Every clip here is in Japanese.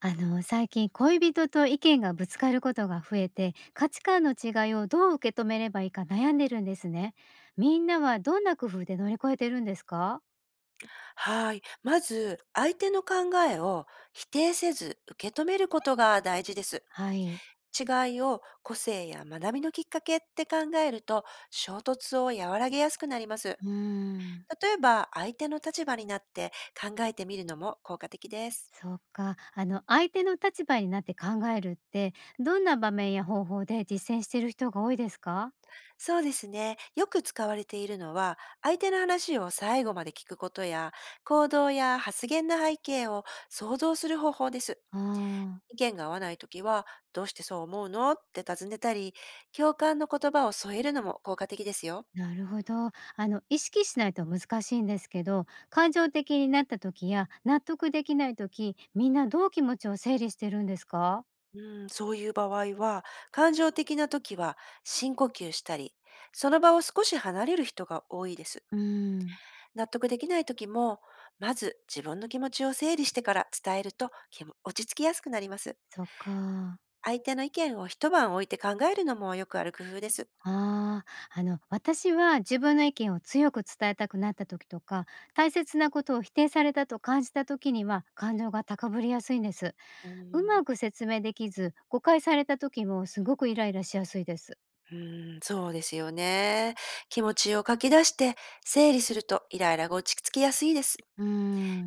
最近恋人と意見がぶつかることが増えて、価値観の違いをどう受け止めればいいか悩んでるんですね。みんなはどんな工夫で乗り越えてるんですか？はい。まず、相手の考えを否定せず受け止めることが大事です。はい。違いを個性や学びのきっかけって考えると、衝突を和らげやすくなります。うーん。例えば、相手の立場になって考えてみるのも効果的です。そうか、相手の立場になって考えるって、どんな場面や方法で実践してる人が多いですか？そうですね。よく使われているのは、相手の話を最後まで聞くことや、行動や発言の背景を想像する方法です。ああ、意見が合わないときは、どうしてそう思うのって尋ねたり、共感の言葉を添えるのも効果的ですよ。なるほど。意識しないと難しいんですけど、感情的になった時や納得できない時、みんなどう気持ちを整理してるんですか？うん、そういう場合は、感情的な時は深呼吸したり、その場を少し離れる人が多いです。うん。納得できない時も、まず自分の気持ちを整理してから伝えると、気も落ち着きやすくなります。そっか。相手の意見を一晩置いて考えるのもよくある工夫です。ああ、あの、私は自分の意見を強く伝えたくなった時とか、大切なことを否定されたと感じた時には、感情が高ぶりやすいんです。うーうん。まく説明できず、誤解された時もすごくイライラしやすいです。うそうですよね。気持ちを書き出して整理すると、イライラが落ち着きやすいです。うー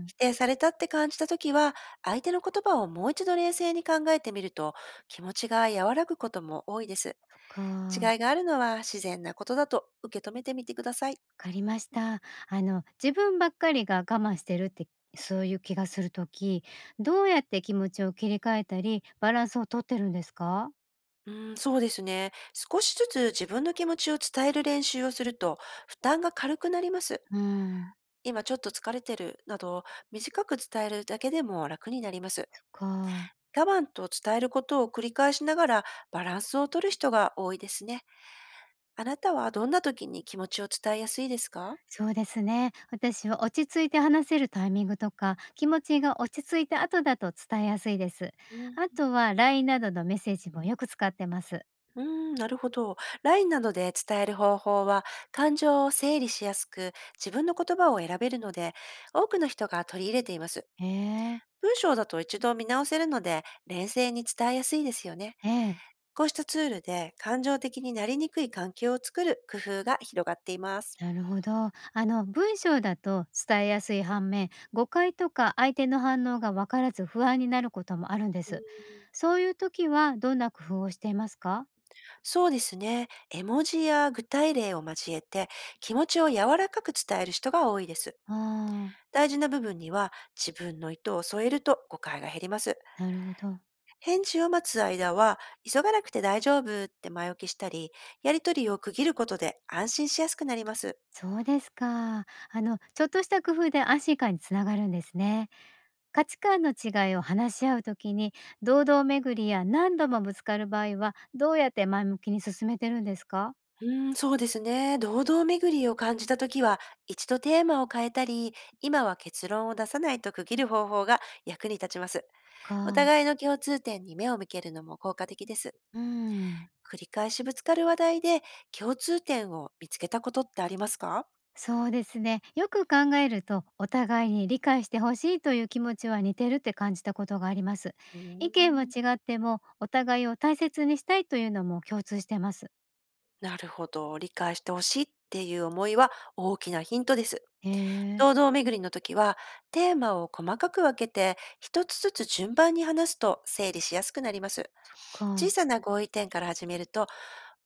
ん。否定されたって感じた時は、相手の言葉をもう一度冷静に考えてみると、気持ちが和らぐことも多いです。そっか、わ違いがあるのは自然なことだと受け止めてみてください。かりました。あの、自分ばっかりが我慢してるって、そういう気がする時、どうやって気持ちを切り替えたり、バランスをとってるんですか？そうですね。少しずつ自分の気持ちを伝える練習をすると、負担が軽くなります。うん。今ちょっと疲れてるなど、短く伝えるだけでも楽になります。そっか。我慢と伝えることを繰り返しながら、バランスを取る人が多いですね。あなたはどんな時に気持ちを伝えやすいですか？そうですね。私は落ち着いて話せるタイミングとか、気持ちが落ち着いた後だと伝えやすいです。うん、あとは LINE などのメッセージもよく使ってます。うーん、なるほど。LINE などで伝える方法は、感情を整理しやすく、自分の言葉を選べるので、多くの人が取り入れています。へえ。文章だと一度見直せるので、冷静に伝えやすいですよね。ええ、こうしたツールで感情的になりにくい環境を作る工夫が広がっています。なるほど。あの、文章だと伝えやすい反面、誤解とか相手の反応が分からず不安になることもあるんでうす。ん、そういう時はどんな工夫をしていますか？そうですね。絵文字や具体例を交えて、気持ちを柔らかく伝える人が多いです。ああ大事な部分には自分の意図を添えると、誤解が減ります。ー、なるほど。返事を待つ間は、急がなくて大丈夫って前置きしたり、やりとりを区切ることで安心しやすくなります。そうですか。あの、ちょっとした工夫で安心感につながるんですね。価値観の違いを話し合うときに、堂々巡りや何度もぶつかる場合は、どうやって前向きに進めてるんですか？そうですね。堂々巡りを感じたときは、一度テーマを変えたり、今は結論を出さないと区切る方法が役に立ちます。おか、互いの共通点に目を向けるのも効果的です。うん、繰り返しぶつかる話題で、共通点を見つけたことってありますか？そうですね。よく考えると、お互いに理解してほしいという気持ちは似てるって感じたことがあります。うー意見は違ん、っても、お互いを大切にしたいというのも共通してます。なるほど。理解してほしいっていう思いは、大きなヒントです。へえ、堂々巡りの時は、テーマを細かく分けて、一つずつ順番に話すと整理しやすくなります。か、小さな合意点から始めると、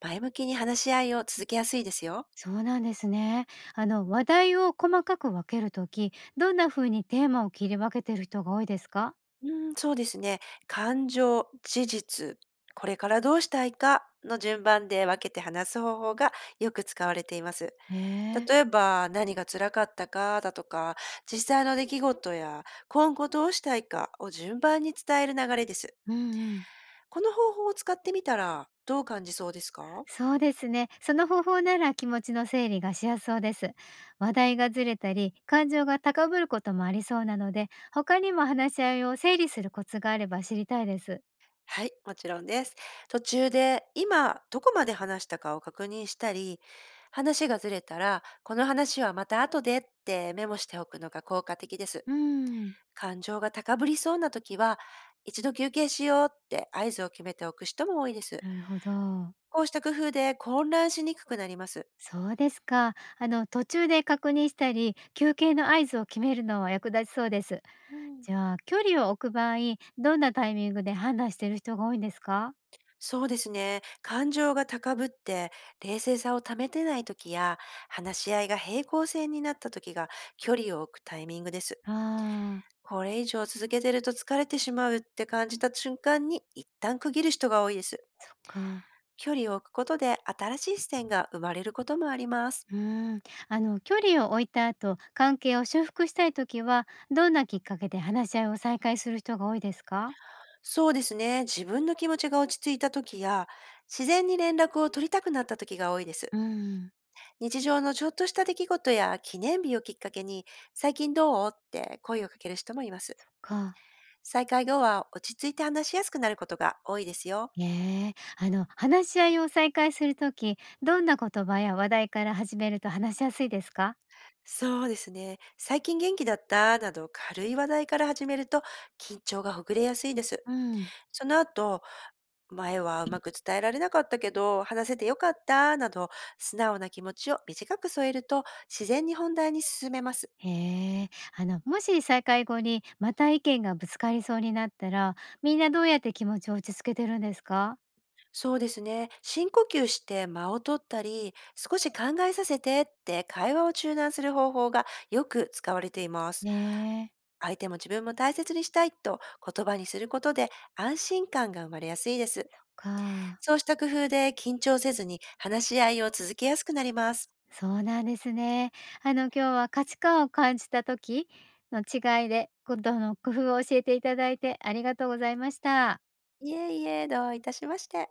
前向きに話し合いを続けやすいですよ。そうなんですね。話題を細かく分けるとき、どんな風にテーマを切り分けてる人が多いですか？うそうですね。感情、事実、これからどうしたいかの順番で分けて話す方法が、よく使われています。ええ、例えば、何が辛かったかだとか、実際の出来事や今後どうしたいかを順番に伝える流れです。うんうん。この方法を使ってみたら、どう感じそうですか？そうですね。その方法なら気持ちの整理がしやすそうです。話題がずれたり、感情が高ぶることもありそうなので、他にも話し合いを整理するコツがあれば知りたいです。はい、もちろんです。途中で今どこまで話したかを確認したり、話がずれたら、この話はまた後でってメモしておくのが効果的です。うん、感情が高ぶりそうな時は、一度休憩しようって合図を決めておく人も多いです。なるほど。こうした工夫で混乱しにくくなります。そうですか。あの、途中で確認したり、休憩の合図を決めるのは役立ちそうです。うん、じゃあ、距離を置く場合、どんなタイミングで判断している人が多いんですか？そうですね。感情が高ぶって冷静さを保てない時や、話し合いが平行線になった時が、距離を置くタイミングです。ああー、これ以上続けてると疲れてしまうって感じた瞬間に、一旦区切る人が多いです。そっか。距離を置くことで新しい視点が生まれることもあります。うーん、距離を置いた後、関係を修復したいときは、どんなきっかけで話し合いを再開する人が多いですか？そうですね。自分の気持ちが落ち着いた時や、自然に連絡を取りたくなった時が多いです。うん。日常のちょっとした出来事や記念日をきっかけに、最近どうって声をかける人もいます。か。再会後は落ち着いて話しやすくなることが多いですよ。ええ、話し合いを再開するとき、どんな言葉や話題から始めると話しやすいですか？そうですね。最近元気だったなど軽い話題から始めると、緊張がほぐれやすいです。うん。その後、前はうまく伝えられなかったけど話せてよかったなど、素直な気持ちを短く添えると自然に本題に進めます。へえ、もし再開後にまた意見がぶつかりそうになったら、みんなどうやって気持ちを落ち着けてるんですか？そうですね。深呼吸して間を取ったり、少し考えさせてって会話を中断する方法が、よく使われています。ねえ、相手も自分も大切にしたいと言葉にすることで、安心感が生まれやすいです。か。そうした工夫で、緊張せずに話し合いを続けやすくなります。そうなんですね。あの、今日は価値観を感じた時の違いで、こどの工夫を教えていただいてありがとうございました。いえいえ、どういたしまして。